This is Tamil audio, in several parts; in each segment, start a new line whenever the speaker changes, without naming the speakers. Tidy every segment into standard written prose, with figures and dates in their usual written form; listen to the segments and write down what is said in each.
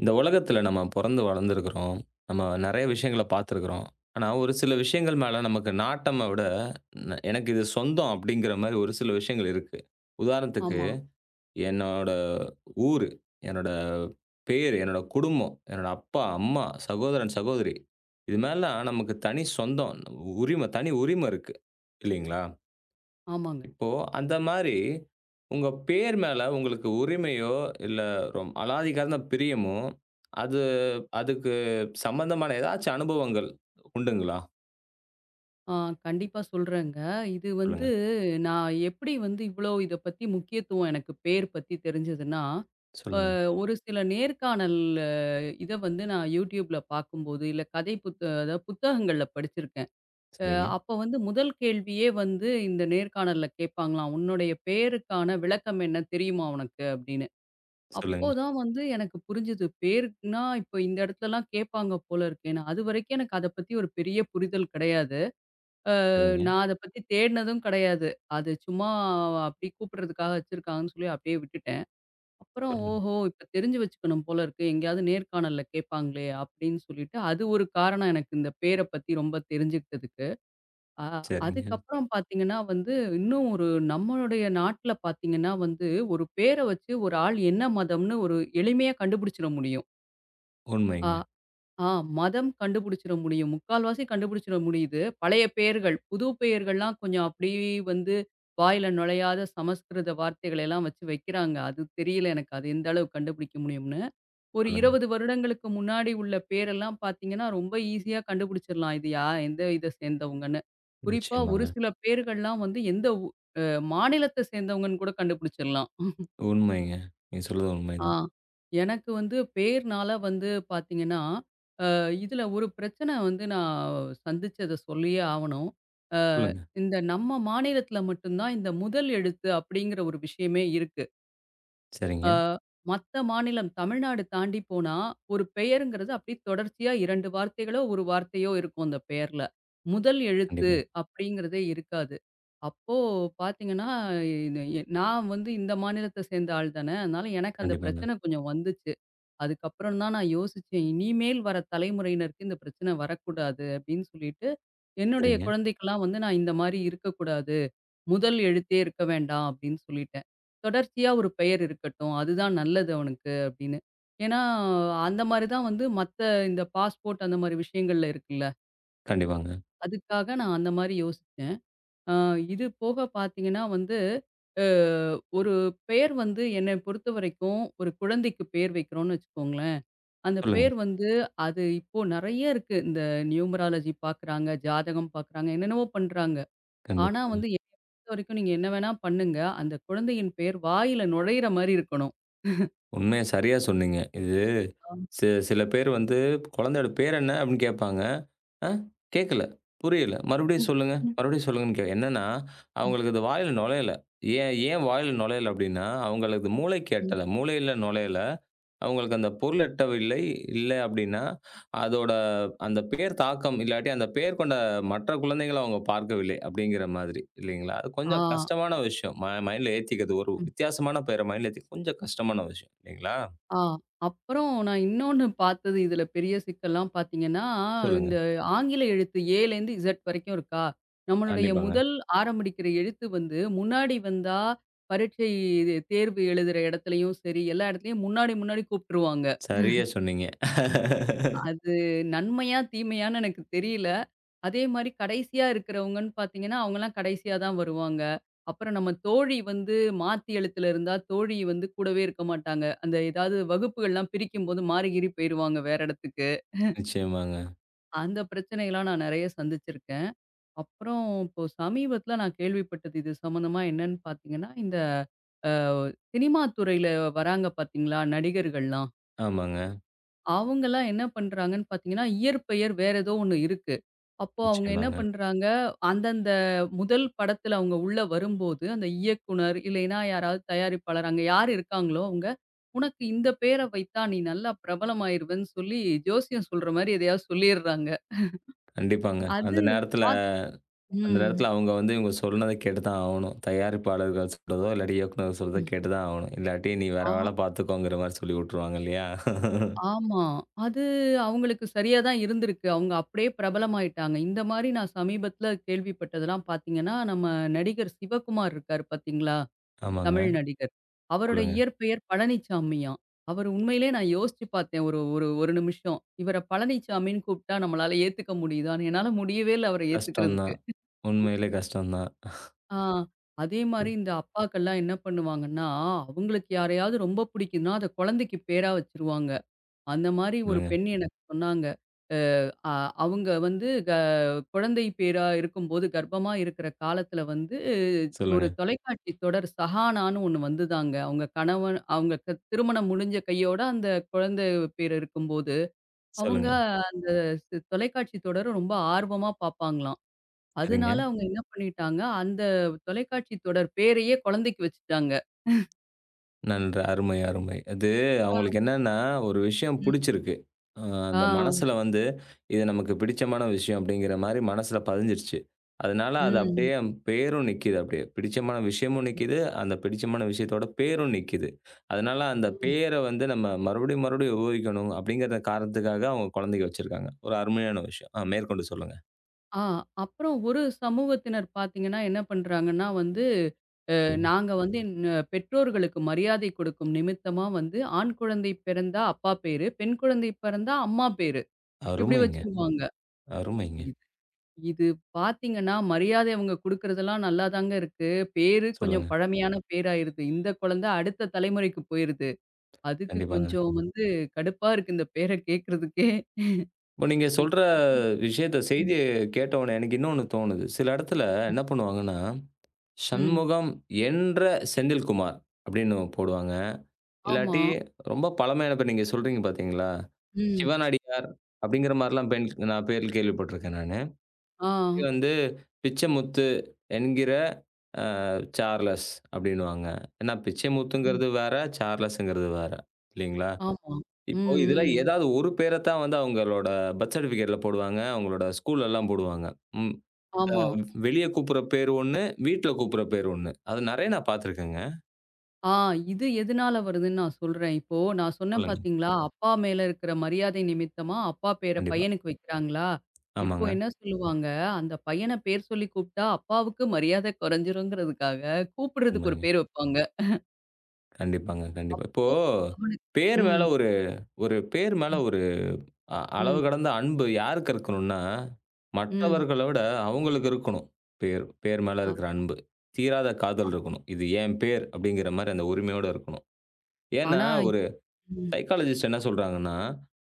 இந்த உலகத்துல நம்ம பொறந்து வளர்ந்துருக்கிறோம். நம்ம நெறைய விஷயங்கள பார்த்துருக்கிறோம். ஆனா, ஒரு சில விஷயங்கள் மேல நமக்கு நாட்டம விட, எனக்கு இது சொந்தம் அப்படிங்கிற மாரி ஒரு சில விஷயங்கள் இருக்கு. உதாரணத்துக்கு
ஆமா.
என்னோட ஊரு, என்னோட பேரு, என்னோட குடும்பம், என்னோட அப்பா, அம்மா, சகோதரன், சகோதரி. இது மேலலாம் நமக்கு தனி சொந்தம், தனி உரிம இருக்கு. இல்லைங்களா?
ஆமாங்க.
இப்போ அந்த மாரி, உங்க பேர் மேல உங்களுக்கு உரிமையோ, இல்ல அலாதிகார்ந்த பிரியமோ, அது அதுக்கு சம்மந்தமான ஏதாச்சும் அனுபவங்கள் உண்டுங்களா?
ஆ கண்டிப்பா சொல்றேங்க. இது வந்து
சொல்லுங்க,
நான் எப்படி வந்து இவ்வளோ இத பத்தி முக்கியத்துவம் எனக்கு பேர் பத்தி தெரிஞ்சதுன்னா, அ
சொல்லுங்க.
ஒரு சில நேர்காணல் இத வந்து நான் YouTubeல பார்க்கும்போது, இல்ல கதை புத்த அதாவது புத்தகங்கள்ல படிச்சிருக்கேன். அ
சரிங்க,
அப்ப வந்து முதல் கேள்வியே வந்து இந்த நேர்காணல்ல கேட்பாங்களாம், "உன்னுடைய பேருக்கான விளக்கம் என்ன தெரியுமா உனக்கு?" அப்படின்னு.
சொல்லுங்க,
அப்போதான் வந்து எனக்கு புரிஞ்சது. பேருக்குன்னா இப்ப இந்த இடத்துலலாம் கேட்பாங்க போல இருக்கேன்னு. அதுவரைக்கும் எனக்கு அத பத்தி ஒரு பெரிய புரிதல் கிடையாது.
சரிங்க,
நான் அத பத்தி தேடுனதும் கிடையாது. அது சும்மா அப்படி கூப்பிடுறதுக்காக வச்சிருக்காங்கன்னு சொல்லி அப்படியே விட்டுட்டேன். அப்புறம்
சொல்லுங்க.
ஓஹோ! இப்ப தெரிஞ்சு வச்சுக்கணும் போல இருக்கு. எங்கேயாவது நேர்காணல்ல கேட்பாங்களே அப்படின்னு சொல்லிட்டு, அது ஒரு காரணம் எனக்கு இந்த பேர பத்தி ரொம்ப தெரிஞ்சுக்கிட்டதுக்கு. அ
சரிங்க.
அதுக்கப்புறம் பார்த்தீங்கன்னா வந்து, இன்னும் ஒரு நம்மளுடைய நாட்ல பார்த்தீங்கன்னா வந்து, ஒரு பேர வச்சு ஒரு ஆள் என்ன மதம்னு ஒரு எளிமையா கண்டுபிடிச்சிட முடியும். அ
உண்மைங்க.
ஆ மதம் கண்டுபிடிச்சிட முடியும். முக்கால்வாசி கண்டுபிடிச்சிட முடியுது. பழைய பெயர்கள், புது பெயர்கள்லாம் கொஞ்சம் அப்படியே வந்து வாயில நுழையாத சமஸ்கிருத வார்த்தைகள் எல்லாம் வச்சு வைக்கிறாங்க. அது தெரியல எனக்கு. அது எந்த அளவு கண்டுபிடிக்க முடியும்னு. ஒரு
சொல்லுங்க.
20 வருடங்களுக்கு முன்னாடி உள்ள பேரெல்லாம் பார்த்தீங்கன்னா, ரொம்ப ஈஸியா கண்டுபிடிச்சிடலாம். இது யா எந்த இத சேர்ந்தவங்கன்னு. குறிப்பா ஒரு
நிச்சயமாங்க.
சில பேர்கள்லாம் வந்து எந்த ஊ அ மாநிலத்த சேர்ந்தவங்கன்னு கூட கண்டுபிடிச்சிடலாம்.
உண்மைங்க. நீங்க சொல்றது
ஆ
உண்மைதான்.
எனக்கு வந்து பேர்னால வந்து பார்த்தீங்கன்னா இதில ஒரு பிரச்சனை வந்து நான் சந்திச்சத சொல்லியே ஆவணும். அ
சொல்லுங்க.
இந்த நம்ம மாநிலத்தில மட்டும் தான் இந்த முதல் எழுத்து அப்படிங்கிற ஒரு விஷயமே இருக்கு. அ
சரிங்க.
மத்த மாநிலம் தமிழ்நாடு தாண்டி போனா, ஒரு பெயருங்கிறது அப்படியே தொடர்ச்சியா 2 வார்த்தைகளோ, 1 வார்த்தையோ இருக்கும் அந்த பெயர்ல. முதல் எழுத்து
கண்டிப்பா.
அப்படிங்கிறதே இருக்காது. அப்போ பார்த்தீங்கன்னா, இது நான் வந்து இந்த மாநிலத்த சேர்ந்த ஆள் தானே. அதனால எனக்கு அந்த
கண்டிப்பாங்க.
பிரச்சனை கொஞ்சம் வந்துச்சு. அதுக்கப்புறம் தான் நான் யோசிச்சேன். இனிமேல் வர தலைமுறையினருக்கு இந்த பிரச்சனை வரக்கூடாது அப்படின்னு சொல்லிட்டு, என்னுடைய
சரிங்க.
குழந்தைக்கெல்லாம் வந்து நான் இந்த மாரி இருக்கக்கூடாது. முதல் எழுத்தே இருக்க வேண்டாம் அப்படின்னு சொல்லிட்டேன். தொடர்ச்சியா ஒரு பெயர் இருக்கட்டும். அதுதான் நல்லது அவனுக்கு அப்படின்னு. ஏன்னா, அந்த மாரி தான் வந்து மத்த இந்த பாஸ்போர்ட் அந்த மாரி விஷயங்கள்ல இருக்குல்ல.
கண்டிப்பாங்க.
அதுக்காக நான் அந்த மாரி யோசிச்சேன். அ இது போக பார்த்தீங்கன்னா வந்து, அ ஒரு பெயர் வந்து என்னை பொறுத்தவரைக்கும் ஒரு குழந்தைக்கு பெயர் வைக்கிறோம்னு வச்சுக்கோங்களேன். அந்த
சொல்லுங்க.
பேர் வந்து அது இப்போ நெறைய இருக்கு. இந்த நியூமராலஜி பார்க்குறாங்க, ஜாதகம் பார்க்குறாங்க, என்னென்னவோ பண்றாங்க. ஆனா
கண்டிப்பாங்க.
வந்து என்னைய பொறுத்தவரைக்கும் நீங்க என்ன வேணா பண்ணுங்க. அந்த குழந்தையின் பெயர் வாயில நுழையிற மாரி இருக்கணும்.
உண்மையா சரியா சொன்னீங்க. இது
ஆ.
சில பேர் வந்து குழந்தையோட பேர் என்ன? அப்படின்னு கேட்பாங்க. ஆ கேட்கல, புரியல. மறுபடியும்
ம்,
சொல்லுங்க,
ம்,
மறுபடியும் சொல்லுங்கன்னு என்னன்னா,
ம்,
அவங்களுக்கு அது வாயில நுழையல. ஏன் ஏன் வாயில நுழையல அப்படின்னா, அவங்களது மூளைக்கு
ம்,
எட்டல. மூளையில நுழையல. அவங்களுக்கு அந்த பொருள் எட்டவில்லை. இல்ல அப்படின்னா, அதோட அந்த பேர் தாக்கம் இல்லாட்டி, அந்த பெயர் கொண்ட மற்ற குழந்தைகள அவங்க பார்க்கவில்லை. அப்படிங்கிற மாதிரி இல்லைங்களா? அது
ஆ.
கொஞ்சம் கஷ்டமான விஷயம். மைண்ட்ல ஏத்திக்கிறது ஒரு
ம்.
வித்தியாசமான பெயர மைண்ட்ல ஏத்தி கொஞ்சம் கஷ்டமான விஷயம் இல்லைங்களா?
ஆ. அப்புறம் நான் இன்னொன்னு பார்த்தது இதுல பெரிய சிக்கல்லாம் பார்த்தீங்கன்னா,
சொல்லுங்க.
இந்த ஆங்கில எழுத்து ஏலேருந்து இசட் வரைக்கும் இருக்கா? நம்மளுடைய
கண்டிப்பாங்க.
முதல் ஆரம்பிக்கிற எழுத்து வந்து முன்னாடி வந்தா, பரீட்சை இது தேர்வு எழுதுற இடத்துலயும் சரி, எல்லா இடத்துலயும் முன்னாடி முன்னாடி கூப்ட்டுருவாங்க.
சரியா சொன்னீங்க.
அது நன்மையா? தீமையான்னு எனக்கு தெரியல. அதே மாரி கடைசியா இருக்கிறவங்கன்னு பார்த்தீங்கன்னா, அவங்கலாம் கடைசியா தான் வருவாங்க. அப்புறம் நம்ம தோழி வந்து மாத்தி எழுத்துல இருந்தா, தோழி வந்து கூடவே இருக்க மாட்டாங்க. அந்த ஏதாவது வகுப்புகள்லாம் பிரிக்கும்போது மாறி கீறி போயிருவாங்க வேற இடத்துக்கு.
நிச்சயமாங்க.
அந்த பிரச்சனையெல்லாம் நான் நெறைய சந்திச்சிருக்கேன். அப்புறம் இப்போ சமீபத்தில நான் கேள்விப்பட்டது இது சம்மந்தமா என்னன்னு பார்த்தீங்கன்னா, இந்த அ சினிமா துறையில வராங்க பார்த்தீங்களா? நடிகர்கள்லாம்.
ஆமாங்க.
அவங்கலாம் என்ன பண்றாங்கன்னு பார்த்தீங்கன்னா, இயற்பெயர் வேற ஏதோ ஒண்ணு இருக்கு. அப்போ அவங்க என்ன
நிச்சயமாங்க.
பண்றாங்க, அந்தந்த முதல் படத்துல அவங்க உள்ள வரும்போது, அந்த இயக்குனர் இல்லைன்னா யாராவது தயாரிப்பாளர் அங்க யார் இருக்காங்களோ அவங்க, "உனக்கு இந்த பேர வைத்தா நீ நல்லா பிரபலமாயிருவேன்னு" சொல்லி ஜோசியம் சொல்ற மாரி எதையாவது சொல்லிர்றாங்க.
கண்டிப்பாங்க.
அது பாத்
அந்த
ம்.
நேரத்துல அவங்க வந்து இவங்க சொன்னத கேட்டு தான் ஆவணும். தயாரிப்பாளர்கள் சொல்றதோ, இல்லாட்டி இயக்குனர் சொல்றதோ
ம்.
கேட்டு தான் ஆவணும். இல்லாட்டி நீ வேற
ஆ.
வேல பார்த்துக்கோங்கிற மாரி சொல்லி வுட்டுருவாங்க இல்லையா?
ஆமா. அது அவங்களுக்கு சரியா தான் இருந்திருக்கு. அவங்க அப்படியே பிரபலமாயிட்டாங்க. இந்த மாரி நான் சமீபத்தில கேள்விப்பட்டதெல்லாம் பார்த்தீங்கன்னா, நம்ம நடிகர் சிவகுமார் இருக்காரு பார்த்தீங்களா?
ஆமாங்க.
தமிழ் நடிகர். அவரோட
சொல்லுங்க.
இயற்பெயர் பழனிச்சாமியாம். அவர் உண்மையிலேயே நான் யோசிச்சு பார்த்தேன் ஒரு ஒரு 1 நிமிஷம். இவர பழனிச்சாமின்னு கூப்பிட்டா நம்மளால ஏத்துக்க முடியுதான்னு. என்னால முடியவே இல்ல அவர
கஷ்டம்
ஏத்துக்கிறதுக்கு.
தான். உண்மையிலே கஷ்டம் தான்.
ஆ அதே மாரி இந்த அப்பாக்கெல்லாம் என்ன பண்ணுவாங்கன்னா, அவங்களுக்கு யாரையாவது ரொம்ப பிடிக்கும்னா, அத குழந்தைக்கு பேரா வச்சுருவாங்க. அந்த மாரி ஒரு
சொல்லுங்க,
பெண் எனக்கு சொன்னாங்க. அ அவங்க வந்து குழந்தை பேறா இருக்கும்போது, கர்ப்பமா இருக்கிற காலத்துல வந்து ஒரு
சொல்லுங்க,
தொலைக்காட்சி தொடர் சஹானான்னு ஒண்ணு வந்ததாங்க. அவங்க கணவன் அவங்க திருமணம் முடிஞ்ச கையோட அந்த குழந்தை பேறு இருக்கும்போது, அவங்க
சொல்லுங்க.
அந்த தொலைக்காட்சி தொடர ரொம்ப ஆர்வமா பார்ப்பாங்களாம்.
சரிங்க.
அதனால அவங்க என்ன பண்ணிட்டாங்க, அந்த தொலைக்காட்சி தொடர் பேரையே குழந்தைக்கு வச்சுட்டாங்க.
நன்று. அருமை, அருமை. அது
ஆ.
அவங்களுக்கு என்னன்னா, ஒரு விஷயம்
ம்.
பிடிச்சிருக்கு. அ அந்த
ஆ.
மனசுல வந்து, இது நமக்கு பிடிச்சமான விஷயம் அப்படிங்கிற மாரி மனசுல பதிஞ்சிருச்சு. அதனால அது
ம்.
அப்படியே பேரும் நிக்குது அப்படியே. பிடிச்சமான விஷயமும் நிக்குது. அந்த பிடிச்சமான விஷயத்தோட பேரும் நிக்குது. அதனால அந்த
ம்.
பேர வந்து நம்ம மறுபடியும், மறுபடியும் உபயோகிக்கணும் அப்படிங்கிற காரணத்துக்காக அவங்க குழந்தைக்கு வச்சிருக்காங்க. ஒரு அருமையான விஷயம். மேற்கொண்டு சொல்லுங்க.
ஆ அப்புறம் ஒரு சமூகத்தினர் பார்த்தீங்கன்னா, என்ன பண்றாங்கன்னா வந்து,
சொல்லுங்க.
நாங்க வந்து என் பெற்றோர்களுக்கு மரியாதை கொடுக்கும் நிமித்தமா வந்து, ஆண் குழந்தை பிறந்தா அப்பா பேரு, பெண் குழந்தை பிறந்தா அம்மா பேரு. இப்படி
அருமைங்க,
வச்சிருவாங்க.
அருமைங்க.
இது இது பார்த்தீங்கன்னா, மரியாதை அவங்க குடுக்குறதெல்லாம் நல்லாதாங்க இருக்கு. பேரு கொஞ்சம்
சொல்லுங்க.
பழமையான பேராயிருது. இந்த குழந்தை அடுத்த தலைமுறைக்கு போயிருது. அதுக்கு
கண்டிப்பாங்க.
கொஞ்சம் வந்து கடுப்பா இருக்கு இந்த பேர கேட்கறதுக்கே.
இப்ப நீங்க
இ
சொல்ற
இதுவும்- ம்.
செய்திய கேட்டவுனே எனக்கு இன்னொன்னு தோணுது. சில இடத்துல என்ன பண்ணுவாங்கன்னா,
ம்.
"சண்முகம் என்ற செந்தில்குமார்" அப்படின்னு போடுவாங்க.
ஆமா.
இல்லாட்டி ரொம்ப பழமையான பேர் நீங்க சொல்றீங்க பார்த்தீங்களா?
ம்.
சிவனடியார் அப்படிங்கிற மாரிலாம் பெண் நான் பேர் கேள்விப்பட்டுருக்கேன் நானு.
ஆ.
இது வந்து பிச்சைமுத்து என்கிற அ சார்லஸ் அப்படின்னுவாங்க. ஏன்னா
ம்.
பிச்சைமுத்துங்கிறது வேற, சார்லஸ்ங்கிறது வேற இல்லீங்களா?
ஆமா. ம்,
இப்போ இதுல
ம்.
ஏதாவது ஒரு பேர தான் வந்து அவங்களோட பர்த் சர்டிஃபிகேட்ல போடுவாங்க. அவங்களோட ஸ்கூல்லலாம் போடுவாங்க. ம். அ
ஆமா.
வெளிய கூப்புடுற பேர் ஒண்ணு, வீட்ல கூப்புடுற பேர் ஒண்ணு. அது நெறைய நான் பார்த்துருக்கேங்க.
ஆ இது எதுனால வருதுன்னு நான் சொல்றேன். இப்போ நான் சொன்னேன்
சொல்லுங்க.
பார்த்தீங்களா, அப்பா மேல இருக்கிற மரியாதை நிமித்தமா அப்பா பேர
கண்டிப்பா.
பையனுக்கு வைக்கிறாங்களா, இப்போ
ஆமாங்க.
என்ன சொல்லுவாங்க, அந்த பையன பேர் சொல்லி கூப்பிட்டா அப்பாவுக்கு மரியாதை குறைஞ்சிருங்கிறதுக்காக கூப்பிடுறதுக்கு ஒரு
உண்மைங்க.
பேர் வைப்பாங்க.
கண்டிப்பாங்க, கண்டிப்பா. இப்போ
ஓ! அவனுக்கு
பேர் மேல
ம்,
ஒரு ஒரு பேர் மேல
ம்,
ஒரு அளவு
ம்,
கடந்த அன்பு யாருக்கு இருக்கணும்னா,
ம்.
மற்றவர்கள விட அவங்களுக்கு இருக்கணும். பேர் பேர் மேல
ஆ
இருக்கிற அன்பு. தீராத காதல் இருக்கணும். இது என் பேர் அப்படிங்கிற மாரி அந்த உரிமையோட இருக்கணும். ஏன்னா
ஆனா இது
ஒரு
ம்,
சைக்காலஜிஸ்ட் என்ன சொல்றாங்கன்னா,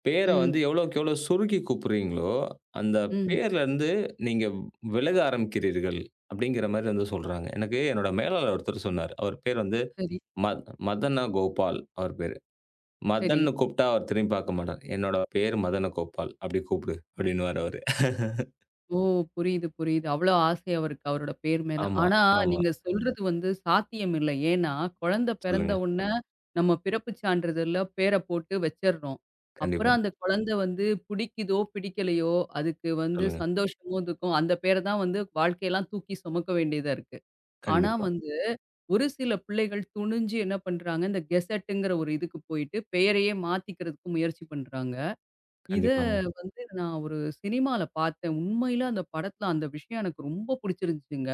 பேர
ம்,
வந்து எவ்வளோக்கு எவ்வளோ சுருக்கி கூப்பிடுறீங்களோ, அந்த
ம்.
பேர்லருந்து நீங்க விலக ஆரம்பிக்கிறீர்கள். அப்படிங்கிற மாரி வந்து சொல்றாங்க. எனக்கு என்னோட மேலாளர் ஒருத்தர் சொன்னாரு. அவர் பேர் வந்து
சரி,
மதனகோபால் அவர் பேரு.
சரி.
மதன்னு கூப்பிட்டா அவர் திரும்பி பார்க்க மாட்டார். என்னோட பேர் மதனகோபால் அப்படி கூப்பிடு அப்படின்னுவாரு அவரு.
ஓ! புரியுது, புரியுது. அவ்ளோ ஆசை அவருக்கு அவரோட பேர் மேல.
ஆமா,
ஆனா,
ஆமா.
நீங்க சொல்றது வந்து சாத்தியம் இல்ல. ஏன்னா, குழந்தை பிறந்த
சொல்லுங்க.
உடனே நம்ம பிறப்புச் சான்றிதழ்ல பேர போட்டு வச்சர்றோம்.
கண்டிப்பா.
அப்புறம் அந்த குழந்தை வந்து பிடிக்குதோ, பிடிக்கலையோ, அதுக்கு வந்து
சொல்லுங்க.
சந்தோஷமோ, துக்கம் அந்த பேர தான் வந்து வாழ்க்கையெல்லாம் தூக்கி சுமக்க வேண்டியதா இருக்கு. ஆனா
கண்டிப்பா.
வந்து, ஒரு சில பிள்ளைகள் துணிஞ்சு என்ன பண்றாங்க, இந்த கெசட்டுங்கிற ஒரு இதுக்கு போயிட்டு பெயரையே மாத்திக்கிறதுக்கு முயற்சி பண்றாங்க. இத
கண்டிப்பாங்க.
வந்து நான் ஒரு சினிமால பார்த்தேன். உண்மையில அந்த படத்துல அந்த விஷயம் எனக்கு ரொம்ப புடிச்சிருந்துச்சுங்க.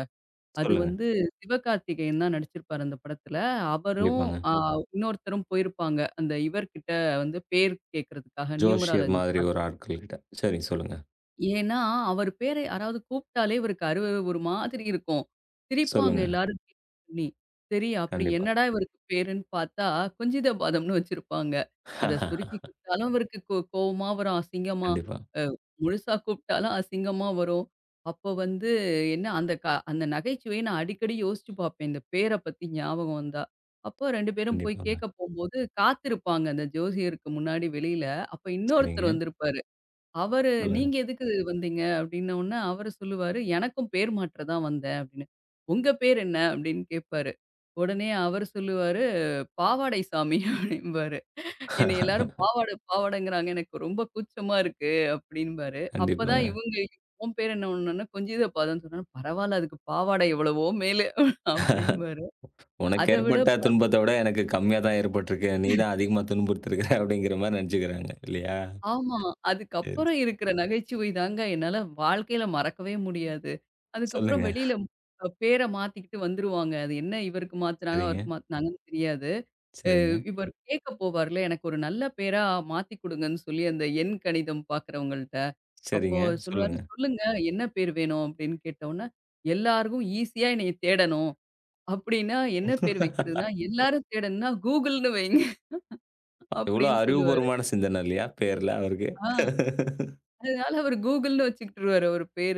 அது
சொல்லுங்க.
வந்து சிவகார்த்திகேயன் தான் நடிச்சிருப்பாரு அந்த படத்துல. அவரும்
கண்டிப்பாங்க.
அ இன்னொருத்தரும் போயிருப்பாங்க. அந்த இவர்கிட்ட வந்து பேர் கேட்கறதுக்காக
ஜோசியர்
நியூமராலஜி
மாதிரி
பார்க்க.
ஒரு ஆட்கள் கிட்ட. சரி சொல்லுங்க.
ஏன்னா, அவர் பேர யாராவது கூப்பிட்டாலே இவருக்கு ஒரு மாதிரி இருக்கும். சிரிப்பாங்க
சொல்லுங்க.
எல்லாரும் கேலி பண்ணி. சரி அப்படி
கண்டிப்பா.
என்னடா இவருக்கு பேருன்னு பார்த்தா, குஞ்சித பாதம்ன்னு வச்சிருப்பாங்க. அத சுருக்கி கூப்பிட்டாலும் இவருக்கு கோவமா வரும், அசிங்கமா.
கண்டிப்பா,
அ முழுசா கூப்பிட்டாலும் அசிங்கமா வரும். அப்போ வந்து என்ன அந்த நகைச்சுவையை நான் அடிக்கடி யோசிச்சு பார்ப்பேன். இந்த பேர பத்தி ஞாபகம் வந்தா. அப்போ 2 பேரும் போய்
கண்டிப்பாங்க.
கேட்க போம்போது, காத்திருப்பாங்க அந்த ஜோசியருக்கு முன்னாடி வெளியில. அப்ப
சரிங்க.
இன்னொருத்தர் வந்திருப்பாரு. அவரு
ம். சொல்லுங்க.
"நீங்க எதுக்கு வந்தீங்க?" அப்படின்னவுனே அவரு சொல்லுவாரு, "எனக்கும் பேர் மாற்ற தான் வந்தேன்" அப்படின்னு. "உங்க பேர் என்ன?" அப்படின்னு கேட்பாரு. உடனே அவரு சொல்லுவாரு, "பாவாடை சாமி" அப்படிம்பாரு. என்னைய எல்லாரும் பாவாட பாவாடங்கிறாங்க. எனக்கு ரொம்ப கூச்சமா இருக்கு அப்படிம்பாரு. அப்பதான்
கண்டிப்பாங்க.
இவுங்க "உன் பேர் என்ன?" உடனே கொஞ்சித பாதம்ன்னு சொன்னோனே, "பரவால்ல அதுக்கு பாவாடை எவ்வளவோ மேலு" அப்படிம்பாரு.
உனக்கு
அத விட
ஏற்பட்ட துன்பத்த விட எனக்கு கம்மியா தான் ஏற்பட்டிருக்கு. நீ தான் அதிகமா துன்புறுத்திருக்கிற அப்படிங்கிற மாரி நெனச்சுக்கிறாங்க. இல்லையா?
ஆமா.
சரி.
அதுக்கப்புறம் இருக்கிற நகைச்சுவை தாங்க என்னால வாழ்க்கையில மறக்கவே முடியாது. அதுக்கப்புறம்
சொல்லுங்க.
வெளியில பேர மாத்திக்கிட்டு வந்துருவாங்க. அது என்ன இவருக்கு மாத்துனாங்க,
சரிங்க,
அவருக்கு மாத்துனாங்கன்னு தெரியாது.
சரிங்க,
இவர் கேட்க போவார்ல, எனக்கு ஒரு நல்ல பேரா மாத்தி குடுங்கன்னு சொல்லி அந்த எண் கணிதம் பார்க்குறவங்கள்ட்ட. அப்போ
சரிங்க.
சொல்லுவாரு,
சொல்லுங்க.
"சொல்லுங்க என்ன பேர் வேணும்?" அப்படின்னு கேட்டவுடனே, "எல்லாருக்கும் ஈஸியா என்னைய தேடணும்." அப்படின்னா, என்ன பேர் வைக்கிறதுன்னா, எல்லாரும் தேடணும்னா கூகுள்ன்னு வைங்க
எவ்வளோ
அப்படின்னு சொல்லுவாரு.
அறிவுபூர்வமான சிந்தனை இல்லையா? பேர்ல அவருக்கு.
ஆ அதனால அவரு கூகுள்ன்னு வச்சுக்கிட்டுருவாரு அவரு பேர.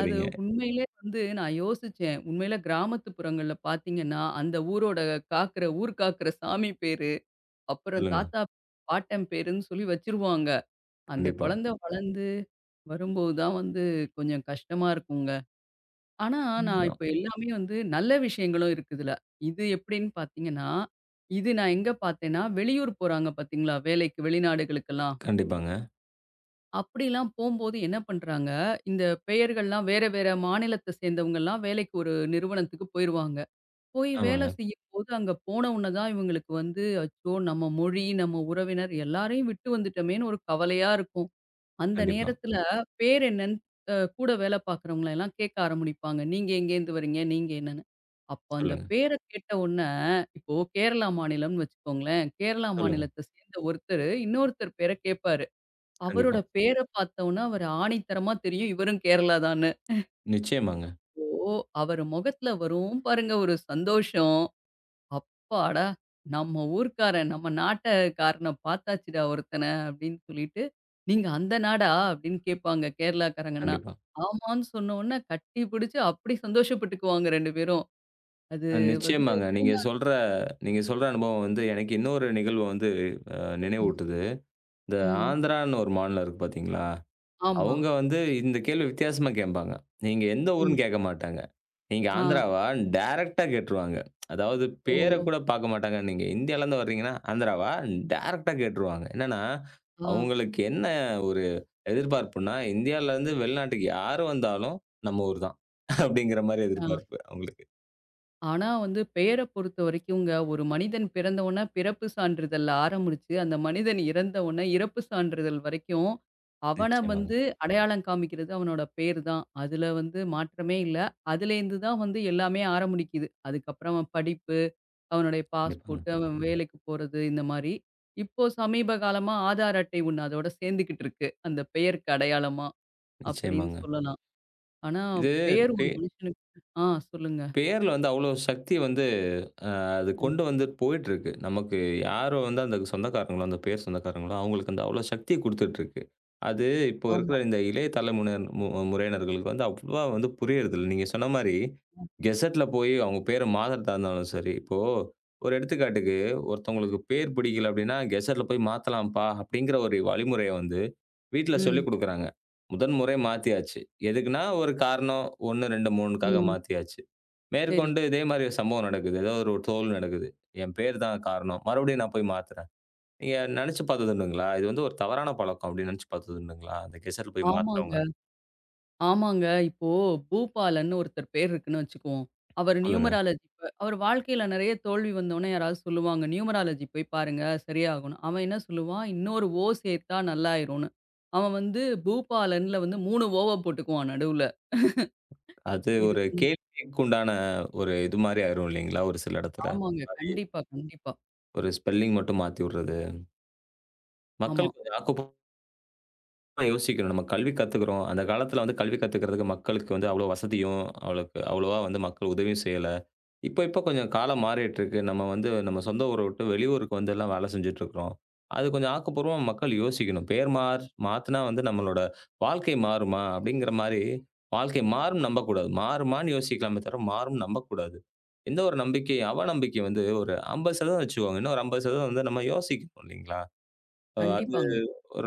அது உண்மையிலே வந்து நான் யோசிச்சேன். உண்மையில கிராமத்து புறங்கள்ல பார்த்தீங்கன்னா, அந்த ஊரோட காக்குற ஊர் காக்குற சாமி பேரு, அப்புறம்
சொல்லுங்க.
தாத்தா, பாட்டன் பேருன்னு சொல்லி வச்சுருவாங்க. அந்த
கண்டிப்பா.
குழந்தை வளர்ந்து வரும்போது தான் வந்து கொஞ்சம் கஷ்டமா இருக்குங்க. ஆனா, நான்
உண்மதான்.
இப்ப எல்லாமே வந்து நல்ல விஷயங்களும் இருக்குதுல. இது எப்படின்னு பார்த்தீங்கன்னா, இது நான் எங்க பார்த்தேன்னா, வெளியூர் போறாங்க பார்த்தீங்களா? வேலைக்கு வெளிநாடுகளுக்கெல்லாம்.
கண்டிப்பாங்க.
அப்படிலாம் போம்போது என்ன பண்றாங்க, இந்த பெயர்கள்லாம் வேற வேற மாநிலத்த சேர்ந்தவங்கலாம் வேலைக்கு ஒரு நிறுவனத்துக்கு போயிருவாங்க. போய் வேலை
ஆமாங்க.
செய்யும்போது அங்க போன உடனே தான் இவங்களுக்கு வந்து, "அச்சோ! நம்ம மொழி, நம்ம உறவினர் எல்லாரையும் விட்டு வந்துட்டோமேன்னு" ஒரு கவலையா இருக்கும். அந்த
கண்டிப்பா.
நேரத்துல பேர் என்னன்னு கூட வேலை பார்க்குறவங்கள எல்லாம் கேட்க ஆரம்பிப்பாங்க. "நீங்க எங்கேருந்து வரீங்க? நீங்க என்னன்னு?" அப்போ அந்த
சொல்லுங்க,
பேர கேட்ட உடனே, இப்போ கேரளா மாநிலம்னு வச்சுக்கோங்களேன். கேரளா
சொல்லுங்க.
மாநிலத்த சேர்ந்த ஒருத்தரு, இன்னொருத்தர் பேர கேட்பாரு. அவரோட
கண்டிப்பா.
பேர பார்த்தோன்னா, அவரு ஆணித்தரமா தெரியும் இவரும் கேரளா தான்னு.
நிச்சயமாங்க.
ஓ! அவரு முகத்துல வரும் பாருங்க ஒரு சந்தோஷம். அப்பாடா! நம்ம ஊர்க்காரன், நம்ம நாட்டக்காரன பார்த்தாச்சுடா ஒருத்தன அப்படின்னு சொல்லிட்டு, "நீங்க அந்த நாடா?" அப்படின்னு கேட்பாங்க கேரளாக்காரங்கன்னா.
கண்டிப்பா.
ஆமான்னு சொன்னோன்ன கட்டி பிடிச்சு அப்படி சந்தோஷப்பட்டுக்குவாங்க 2 பேரும். அது வந்து
நிச்சயமாங்க.
வெளிநா
நீங்க சொல்ற அனுபவம் வந்து எனக்கு இன்னொரு நிகழ்வு வந்து
ம்.
நினைவூட்டுது. இந்த
ம்.
ஆந்திரான்னு ஒரு மாநிலம் இருக்கு பார்த்தீங்களா?
ஆமா.
அவங்க வந்து இந்த கேள்வி வித்தியாசமா கேட்பாங்க. நீங்க எந்த
ம்.
ஊருன்னு கேட்க மாட்டாங்க. நீங்க
ஆ.
ஆந்திராவா? டைரக்ட்டா கேட்டுருவாங்க. அதாவது
ஓ!
பேர கூட பார்க்க மாட்டாங்க. நீங்க இந்தியாலருந்து வர்றீங்கன்னா, ஆந்திராவா? டைரக்ட்டா கேட்டுருவாங்க. என்னன்னா,
ஆ.
அவங்களுக்கு என்ன ஒரு எதிர்பார்ப்புன்னா, இந்தியாலருந்து வெளிநாட்டுக்கு யாரு வந்தாலும் நம்ம ஊர் தான். அப்படிங்கிற மாரி
ஆ.
எதிர்பார்ப்பு அவங்களுக்கு.
ஆனா வந்து பெயர பொறுத்த வரைக்கும்ங்க, ஒரு மனிதன் பிறந்தவொன்ன பிறப்பு சான்றிதழ்ல ஆரம்பிச்சு, அந்த மனிதன் இறந்தவொன்ன இறப்பு சான்றிதழ் வரைக்கும், அவன
நிச்சயமாங்க.
வந்து அடையாளம் காமிக்கிறது அவனோட பேர் தான். அதுல வந்து மாற்றமே இல்ல. அதுலேருந்து தான் வந்து எல்லாமே ஆரம்பிக்குது. அதுக்கப்புறம் அவன் படிப்பு, அவனுடைய
கண்டிப்பாங்க.
பாஸ்போர்ட், அவன் வேலைக்கு போறது இந்த மாரி. இப்போ சமீப காலமா ஆதார் அட்டை ஒண்ணு அதோட சேர்ந்துக்கிட்டு இருக்கு. அந்த பெயருக்கு அடையாளமா அப்படின்னு
நிச்சயமாங்க.
சொல்லலாம். ஆனா
இது
பெயர்
பே
ஒரு மனுஷனுக்கு சொல்லுங்க.
பேர்ல வந்து அவ்வளோ சக்தி வந்து அ அது
ம்.
கொண்டு வந்துட்டு போயிட்டுருக்கு. நமக்கு யாரோ வந்து அந்த சொந்தக்காரங்களோ, அந்த பேர் சொந்தக்காரங்களோ, அவங்களுக்கு அந்த அவ்வளோ சக்திய குடுத்துட்டுருக்கு. அது இப்போ
ஆமா.
இருக்கிற இந்த இளைய தலைமுனர் மு முறையினர்களுக்கு வந்து அவ்வளவா வந்து புரியறதில்ல. நீங்க சொன்ன மாரி கெசெட்ல போய் அவங்க பேர மாத்துறதா இருந்தாலும் சரி, இப்போ ஒரு எடுத்துக்காட்டுக்கு ஒருத்தவங்களுக்கு பேர் பிடிக்கல அப்படின்னா, கெசெட்ல போய் மாத்தலாம்ப்பா அப்படிங்கிற ஒரு வழிமுறைய வந்து வீட்ல
ம்.
சொல்லிக் குடுக்குறாங்க. முதன் முறை மாத்தியாச்சு. எதுக்குன்னா ஒரு காரணம் 1, 2, 3க்காக
ம்.
மாத்தியாச்சு.
சரி.
மேற்கொண்டு இதே மாரி ஒரு சம்பவம் நடக்குது. ஏதோ ஒரு தோல்வி நடக்குது. என் பேர் தான் காரணம். மறுபடியும் நான் போய் மாத்துறேன். நீங்க நெனச்சு பார்த்தது உண்டுங்களா? இது வந்து ஒரு தவறான பழக்கம் அப்டின்னு நெனச்சு பார்த்தது உண்டுங்களா? அந்த கெசட் போய்
ஆமாங்க,
மாத்துறவங்க.
ஆமாங்க. இப்போ பூபாலன்னு ஒருத்தர் பேர் இருக்குன்னு வச்சுக்குவோம். அவர்
சொல்லுங்க.
நியூமராலஜி ப அவர் வாழ்க்கையில நெறைய தோல்வி வந்தோனே யாராவது சொல்லுவாங்க, நியூமராலஜி போய் பாருங்க சரியாகும்ன்னு. அவன் என்ன சொல்லுவான், இன்னொரு ஓ சேர்த்தா நல்லாயிரும்ன்னு. அவன் வந்து பூபாலன்ல வந்து 3 ஓவ போட்டுக்குவான் நடுவுல.
அது
இது
ஒரு
கொஞ்சம்
கேள்விக்குண்டான ஒரு இது மாரி ஆயிரும் இல்லைங்களா? ஒரு சில இடத்துல. இந்த
ஆமாங்க.
மாரி
கண்டிப்பா, கண்டிப்பா.
ஒரு ஸ்பெல்லிங் மட்டும் மாத்தி விடுறது.
ஆமா.
மக்கள் கொஞ்சம் ஆக்கப்பூர்வமா யோசிக்கணும். நம்ம கல்வி கத்துக்குறோம். அந்த காலத்துல வந்து கல்வி கத்துக்கிறதுக்கு மக்களுக்கு வந்து அவ்ளோ வசதியும், அவளுக்கு அவ்வளவா வந்து மக்கள் உதவியும் செய்யல. இப்ப கொஞ்சம் காலம் மாறிட்டு இருக்கு. நம்ம வந்து நம்ம சொந்த ஊர விட்டு வெளியூருக்கு வந்து எல்லாம் வேலை செஞ்சுட்டு இருக்கிறோம். அது கொஞ்சம் ஆக்கப்பூர்வமா மக்கள் யோசிக்கணும். பெயர் மாத்துனா வந்து நம்மளோட வாழ்க்கை மாறுமா? அப்படிங்கிற மாரி வாழ்க்கை மாறும்னு நம்பக்கூடாது. மாறுமான்னு யோசிக்கலாமே தவிர, மாறும்னு நம்பக்கூடாது. எந்த ஒரு நம்பிக்கை அவநம்பிக்கை வந்து ஒரு 50% வச்சுக்கோங்க. இன்னும் ஒரு 50% வந்து நம்ம யோசிக்கணும் இல்லைங்களா? அது
கண்டிப்பாங்க.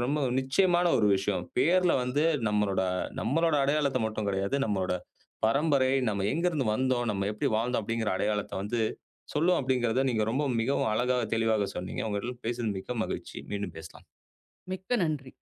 ரொம்ப நிச்சயமான ஒரு விஷயம். பேர்ல வந்து நம்மளோட நம்மளோட அடையாளத்த மட்டும் கிடையாது. நம்மளோட பரம்பரை, நம்ம எங்கருந்து வந்தோம், நம்ம எப்படி வாழ்ந்தோம் அப்படிங்கிற அடையாளத்த வந்து சொல்லும் அப்படிங்கிறத நீங்க ரொம்ப மிகவும் அழகா, தெளிவாக சொன்னீங்க. உங்களிடம் பேசியது மிக்க மகிழ்ச்சி. மீண்டும் பேசலாம்.
மிக்க நன்றி.